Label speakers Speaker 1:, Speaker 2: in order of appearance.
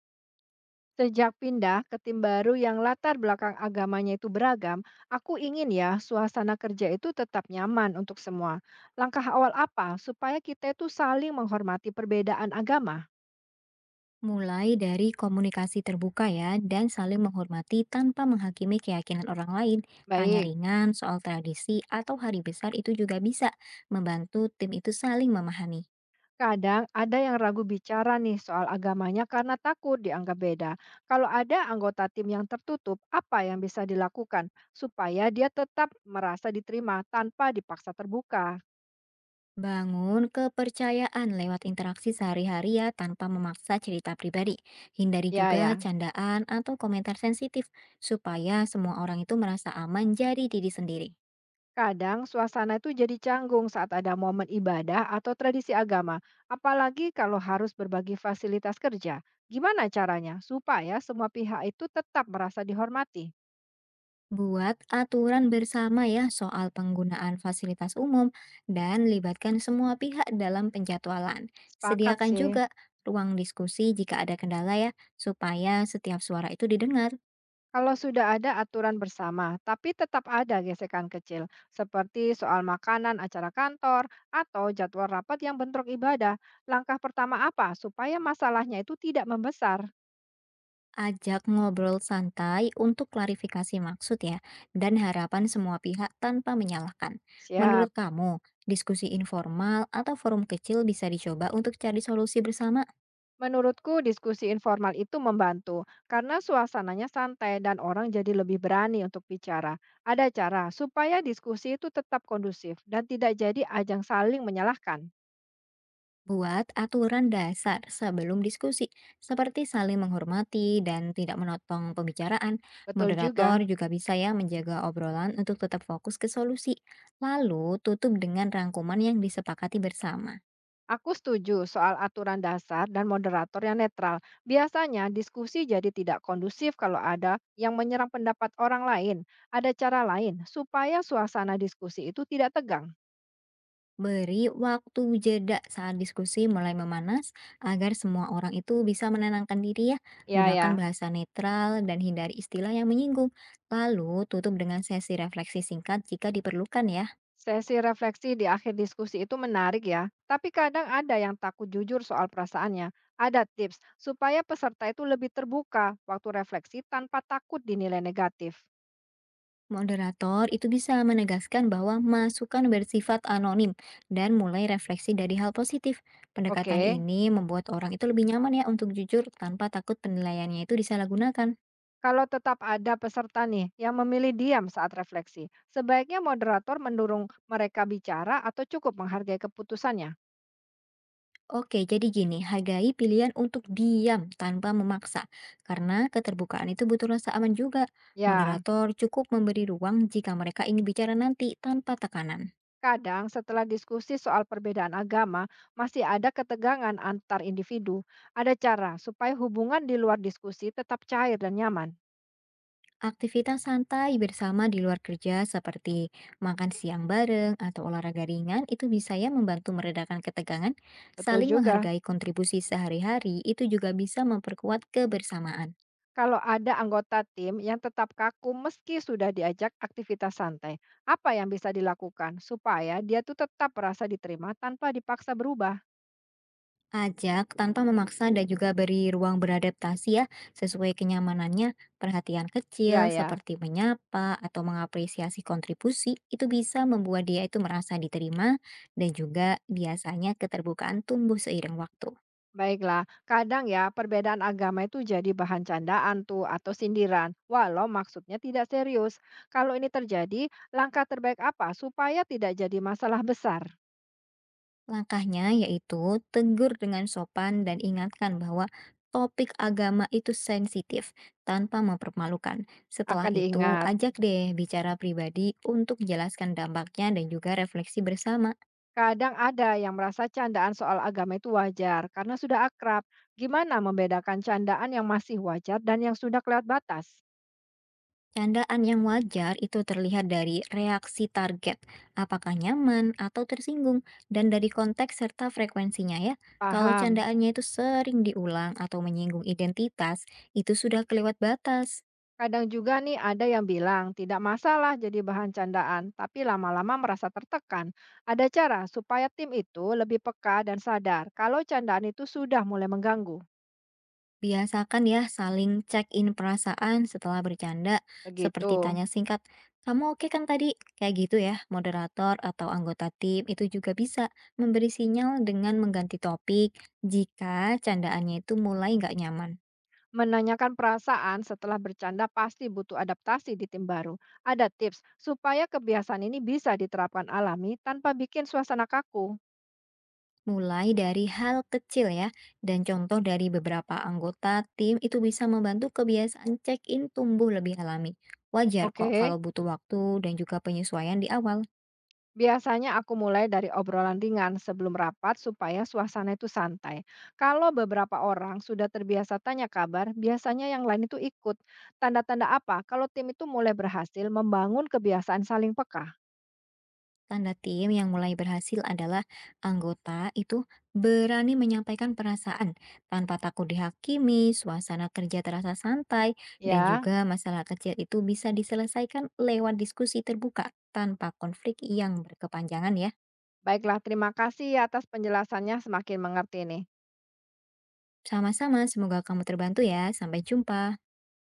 Speaker 1: Sejak pindah ke tim baru yang latar belakang agamanya itu beragam, aku ingin ya suasana kerja itu tetap nyaman untuk semua. Langkah awal apa supaya kita itu saling menghormati perbedaan agama?
Speaker 2: Mulai dari komunikasi terbuka ya, dan saling menghormati tanpa menghakimi keyakinan orang lain. Tanya
Speaker 1: Baik,
Speaker 2: ringan soal tradisi atau hari besar itu juga bisa membantu tim itu saling memahami.
Speaker 1: kadang ada yang ragu bicara nih soal agamanya karena takut dianggap beda. Kalau ada anggota tim yang tertutup, apa yang bisa dilakukan supaya dia tetap merasa diterima tanpa dipaksa terbuka?
Speaker 2: Bangun kepercayaan lewat interaksi sehari-hari ya tanpa memaksa cerita pribadi. Hindari
Speaker 1: Ya,
Speaker 2: juga
Speaker 1: ya.
Speaker 2: candaan atau komentar sensitif supaya semua orang itu merasa aman jadi diri sendiri.
Speaker 1: Kadang suasana itu jadi canggung saat ada momen ibadah atau tradisi agama, apalagi kalau harus berbagi fasilitas kerja. Gimana caranya supaya semua pihak itu tetap merasa dihormati?
Speaker 2: Buat aturan bersama ya soal penggunaan fasilitas umum dan libatkan semua pihak dalam penjadwalan.
Speaker 1: Sepakat
Speaker 2: Sediakan
Speaker 1: sih.
Speaker 2: juga ruang diskusi jika ada kendala ya, supaya setiap suara itu didengar.
Speaker 1: Kalau sudah ada aturan bersama, tapi tetap ada gesekan kecil, seperti soal makanan acara kantor atau jadwal rapat yang bentrok ibadah. Langkah pertama apa supaya masalahnya itu tidak membesar?
Speaker 2: Ajak ngobrol santai untuk klarifikasi maksud ya, dan harapan semua pihak tanpa menyalahkan.
Speaker 1: Siap.
Speaker 2: Menurut kamu, diskusi informal atau forum kecil bisa dicoba untuk cari solusi bersama?
Speaker 1: Menurutku diskusi informal itu membantu karena suasananya santai dan orang jadi lebih berani untuk bicara. Ada cara supaya diskusi itu tetap kondusif dan tidak jadi ajang saling menyalahkan.
Speaker 2: Buat aturan dasar sebelum diskusi, seperti saling menghormati dan tidak menotong pembicaraan.
Speaker 1: Betul
Speaker 2: Moderator
Speaker 1: juga.
Speaker 2: juga bisa ya menjaga obrolan untuk tetap fokus ke solusi. Lalu tutup dengan rangkuman yang disepakati bersama.
Speaker 1: Aku setuju soal aturan dasar dan moderator yang netral. Biasanya diskusi jadi tidak kondusif kalau ada yang menyerang pendapat orang lain. Ada cara lain supaya suasana diskusi itu tidak tegang.
Speaker 2: Beri waktu jeda saat diskusi mulai memanas agar semua orang itu bisa menenangkan diri ya.
Speaker 1: Ya,
Speaker 2: Gunakan
Speaker 1: ya.
Speaker 2: bahasa netral dan hindari istilah yang menyinggung. Lalu tutup dengan sesi refleksi singkat jika diperlukan ya.
Speaker 1: Sesi refleksi di akhir diskusi itu menarik ya, tapi kadang ada yang takut jujur soal perasaannya. Ada tips supaya peserta itu lebih terbuka waktu refleksi tanpa takut dinilai negatif.
Speaker 2: Moderator itu bisa menegaskan bahwa masukan bersifat anonim dan mulai refleksi dari hal positif.
Speaker 1: Oke,
Speaker 2: Pendekatan ini membuat orang itu lebih nyaman ya untuk jujur tanpa takut penilaiannya itu disalahgunakan.
Speaker 1: kalau tetap ada peserta nih yang memilih diam saat refleksi, sebaiknya moderator mendorong mereka bicara atau cukup menghargai keputusannya.
Speaker 2: Oke, jadi gini, hargai pilihan untuk diam tanpa memaksa, karena keterbukaan itu butuh rasa aman juga.
Speaker 1: Ya.
Speaker 2: Moderator cukup memberi ruang jika mereka ingin bicara nanti tanpa tekanan.
Speaker 1: Kadang setelah diskusi soal perbedaan agama, masih ada ketegangan antar individu. Ada cara supaya hubungan di luar diskusi tetap cair dan nyaman.
Speaker 2: Aktivitas santai bersama di luar kerja seperti makan siang bareng atau olahraga ringan itu bisa ya membantu meredakan ketegangan,
Speaker 1: Betul
Speaker 2: saling
Speaker 1: juga.
Speaker 2: menghargai kontribusi sehari-hari itu juga bisa memperkuat kebersamaan.
Speaker 1: Kalau ada anggota tim yang tetap kaku meski sudah diajak aktivitas santai, apa yang bisa dilakukan supaya dia tuh tetap merasa diterima tanpa dipaksa berubah?
Speaker 2: Ajak tanpa memaksa dan juga beri ruang beradaptasi ya sesuai kenyamanannya. Perhatian kecil
Speaker 1: Ya, ya.
Speaker 2: seperti menyapa atau mengapresiasi kontribusi itu bisa membuat dia itu merasa diterima dan juga biasanya keterbukaan tumbuh seiring waktu.
Speaker 1: Baiklah, kadang ya perbedaan agama itu jadi bahan candaan tuh atau sindiran, walau maksudnya tidak serius. Kalau ini terjadi, langkah terbaik apa supaya tidak jadi masalah besar?
Speaker 2: Langkahnya yaitu tegur dengan sopan dan ingatkan bahwa topik agama itu sensitif tanpa mempermalukan. Setelah
Speaker 1: Akan
Speaker 2: itu,
Speaker 1: diingat,
Speaker 2: ajak deh bicara pribadi untuk jelaskan dampaknya dan juga refleksi bersama.
Speaker 1: kadang ada yang merasa candaan soal agama itu wajar karena sudah akrab. Gimana membedakan candaan yang masih wajar dan yang sudah kelewat batas?
Speaker 2: Candaan yang wajar itu terlihat dari reaksi target, apakah nyaman atau tersinggung, dan dari konteks serta frekuensinya ya. Kalau
Speaker 1: Paham?
Speaker 2: candaannya itu sering diulang atau menyinggung identitas, itu sudah kelewat batas.
Speaker 1: Kadang juga nih ada yang bilang tidak masalah jadi bahan candaan, tapi lama-lama merasa tertekan. Ada cara supaya tim itu lebih peka dan sadar kalau candaan itu sudah mulai mengganggu.
Speaker 2: Biasakan ya saling check-in perasaan setelah bercanda,
Speaker 1: Begitu.
Speaker 2: seperti tanya singkat, kamu oke kan tadi? Kayak gitu ya, moderator atau anggota tim itu juga bisa memberi sinyal dengan mengganti topik jika candaannya itu mulai nggak nyaman.
Speaker 1: Menanyakan perasaan setelah bercanda pasti butuh adaptasi di tim baru. Ada tips supaya kebiasaan ini bisa diterapkan alami tanpa bikin suasana kaku.
Speaker 2: Mulai dari hal kecil ya, dan contoh dari beberapa anggota tim itu bisa membantu kebiasaan check-in tumbuh lebih alami. Wajar kok
Speaker 1: Oke.
Speaker 2: kalau butuh waktu dan juga penyesuaian di awal.
Speaker 1: Biasanya aku mulai dari obrolan ringan sebelum rapat supaya suasana itu santai. Kalau beberapa orang sudah terbiasa tanya kabar, biasanya yang lain itu ikut. Tanda-tanda apa kalau tim itu mulai berhasil membangun kebiasaan saling peka?
Speaker 2: Tanda tim yang mulai berhasil adalah anggota itu berani menyampaikan perasaan tanpa takut dihakimi, suasana kerja terasa santai, dan
Speaker 1: Ya,
Speaker 2: juga masalah kecil itu bisa diselesaikan lewat diskusi terbuka tanpa konflik yang berkepanjangan ya.
Speaker 1: baiklah, terima kasih atas penjelasannya, semakin mengerti nih.
Speaker 2: Sama-sama, semoga kamu terbantu ya. Sampai jumpa.